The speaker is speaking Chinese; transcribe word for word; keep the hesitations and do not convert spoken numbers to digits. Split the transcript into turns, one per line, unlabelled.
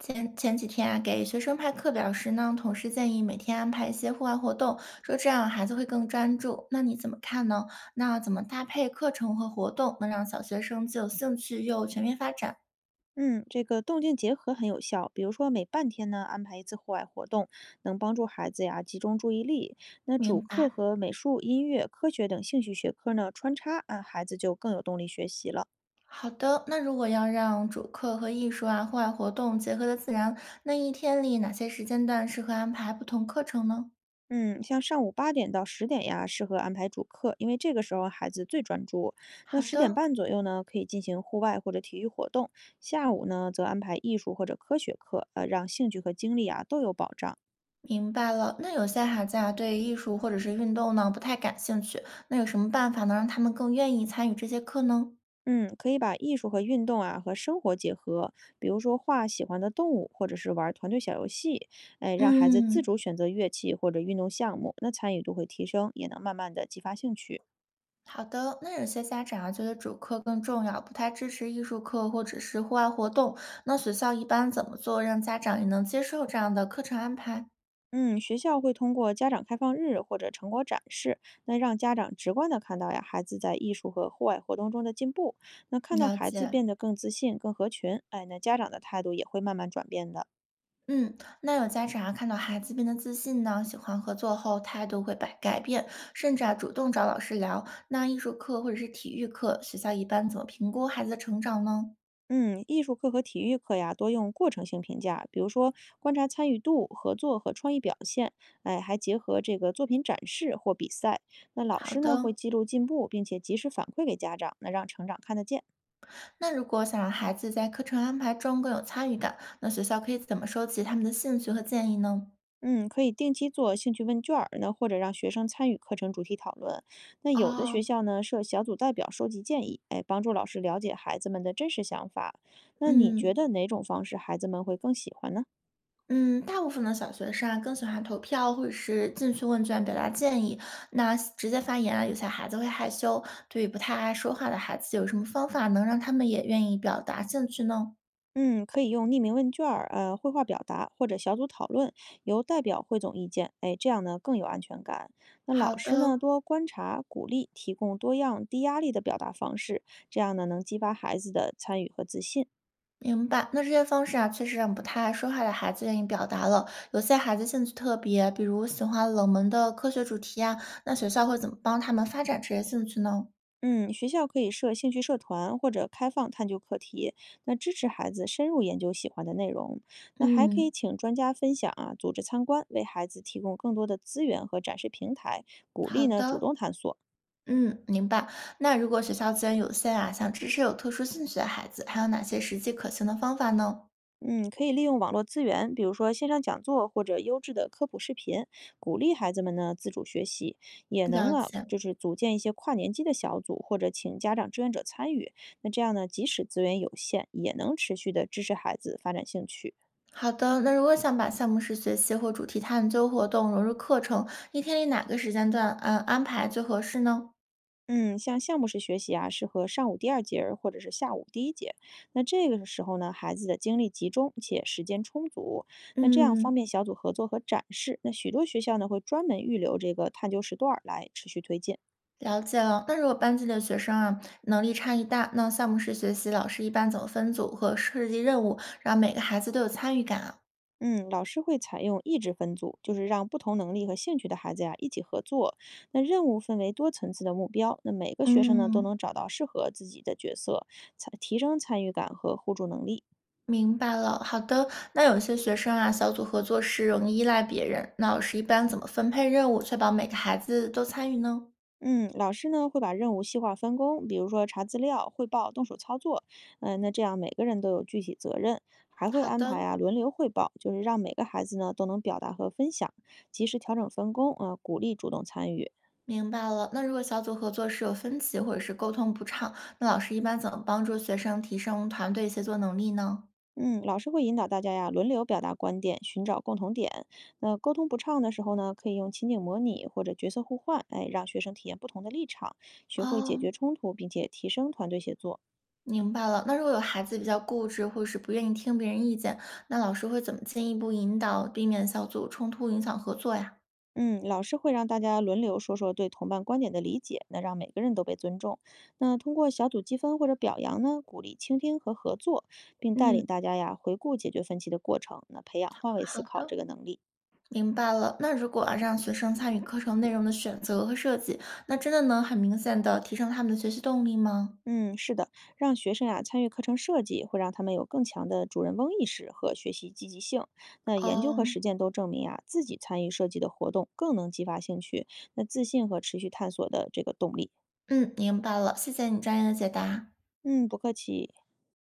前前几天啊，给学生派课表时呢，同事建议每天安排一些户外活动，说这样孩子会更专注。那你怎么看呢？那怎么搭配课程和活动，能让小学生既有兴趣又全面发展？
嗯，这个动静结合很有效。比如说，每半天呢安排一次户外活动，能帮助孩子呀集中注意力。那主
明
课
白。
和美术、音乐、科学等兴趣学科呢穿插，啊，孩子就更有动力学习了。
好的，那如果要让主课和艺术啊、户外活动结合的自然，那一天里哪些时间段适合安排不同课程呢？
嗯，像上午八点到十点呀，适合安排主课，因为这个时候孩子最专注。那
好
十点
的，
半左右呢，可以进行户外或者体育活动；下午呢，则安排艺术或者科学课，呃，让兴趣和精力啊都有保障。
明白了。那有些孩子啊，对艺术或者是运动呢不太感兴趣，那有什么办法能让他们更愿意参与这些课呢？
嗯，可以把艺术和运动啊和生活结合，比如说画喜欢的动物，或者是玩团队小游戏，哎，让孩子自
嗯，
主选择乐器或者运动项目，那参与度会提升，也能慢慢的激发兴趣。
好的。那有些家长啊，觉得主课更重要，不太支持艺术课或者是户外活动。那学校一般怎么做，让家长也能接受这样的课程安排？
嗯，学校会通过家长开放日或者成果展示，那让家长直观的看到呀孩子在艺术和户外活动中的进步，那看到
了
孩子
解。
变得更自信、更合群，哎，那家长的态度也会慢慢转变的。
嗯，那有家长啊，看到孩子变得自信呢，喜欢合作后，态度会改改变，甚至啊主动找老师聊。那艺术课或者是体育课，学校一般怎么评估孩子的成长呢？
嗯，艺术课和体育课呀，多用过程性评价，比如说观察参与度、合作和创意表现，哎，还结合这个作品展示或比赛。那老
好
师呢会
的，
记录进步，并且及时反馈给家长，那让成长看得见。
那如果想让孩子在课程安排中更有参与感，那学校可以怎么收集他们的兴趣和建议呢？
嗯，可以定期做兴趣问卷儿，那或者让学生参与课程主题讨论。那有的学
哦，
校呢设小组代表收集建议，哎，帮助老师了解孩子们的真实想法。那你觉
嗯
得哪种方式孩子们会更喜欢呢？
嗯，大部分的小学生啊，更喜欢投票或者是进去问卷表达建议。那直接发言啊，有些孩子会害羞。对于不太爱说话的孩子，有什么方法能让他们也愿意表达兴趣呢？
嗯，可以用匿名问卷儿、呃，绘画表达或者小组讨论，由代表汇总意见，哎，这样呢更有安全感。那
好
老师呢
的，
多观察、鼓励，提供多样、低压力的表达方式，这样呢能激发孩子的参与和自信。
明白。那这些方式啊，确实让不太爱说话的孩子愿意表达了。有些孩子兴趣特别，比如喜欢冷门的科学主题啊，那学校会怎么帮他们发展这些兴趣呢？
嗯，学校可以设兴趣社团或者开放探究课题，那支持孩子深入研究喜欢的内容。那还可以
嗯，
请专家分享啊，组织参观，为孩子提供更多的资源和展示平台，鼓励
好
呢主
的。
动探索。
嗯，明白。那如果学校资源有限啊，想支持有特殊兴趣的孩子，还有哪些实际可行的方法呢？
嗯，可以利用网络资源，比如说线上讲座或者优质的科普视频，鼓励孩子们呢自主学习，也能
了
啊，
解。
就是组建一些跨年级的小组，或者请家长志愿者参与。那这样呢，即使资源有限，也能持续的支持孩子发展兴趣。
好的，那如果想把项目式学习或主题探究活动融入课程，一天里哪个时间段，嗯，安排最合适呢？
嗯，像项目式学习啊，适合上午第二节儿或者是下午第一节。那这个时候呢，孩子的精力集中且时间充足，那这样方
嗯，
便小组合作和展示。那许多学校呢会专门预留这个探究时段儿来持续推进。
了解了。那如果班级里的学生啊，能力差异大，那项目式学习老师一般怎么分组和设计任务，让每个孩子都有参与感啊？
嗯，老师会采用意志分组，就是让不同能力和兴趣的孩子呀、一起合作。那任务分为多层次的目标，那每个学生呢都
嗯。
能找到适合自己的角色，才提升参与感和互助能力。
明白了，好的。那有些学生啊，小组合作时容易依赖别人，那老师一般怎么分配任务，确保每个孩子都参与呢？
嗯，老师呢会把任务细化分工，比如说查资料、汇报、动手操作。嗯、那这样每个人都有具体责任，还会
好
安排
的，
啊轮流汇报，就是让每个孩子呢都能表达和分享，及时调整分工啊、呃鼓励主动参与。
明白了。那如果小组合作时有分歧或者是沟通不畅，那老师一般怎么帮助学生提升团队协作能力呢？
嗯，老师会引导大家呀，轮流表达观点，寻找共同点。那沟通不畅的时候呢，可以用情景模拟或者角色互换，哎，让学生体验不同的立场，学会解
哦，
决冲突，并且提升团队协作。
明白了。那如果有孩子比较固执，或者是不愿意听别人意见，那老师会怎么进一步引导，避免小组冲突影响合作呀？
嗯，老师会让大家轮流说说对同伴观点的理解，那让每个人都被尊重。那通过小组积分或者表扬呢，鼓励倾听和合作，并带
嗯，
领大家呀回顾解决分歧的过程，那培养换位
好
思考这
的。
个能力。
明白了，那如果啊让学生参与课程内容的选择和设计，那真的能很明显的提升他们的学习动力吗？
嗯，是的，让学生呀、参与课程设计，会让他们有更强的主人翁意识和学习积极性。那研究和
哦，
实践都证明呀，自己参与设计的活动更能激发兴趣，那自信和持续探索的这个动力。
嗯，明白了，谢谢你专业的解答。
嗯，不客气。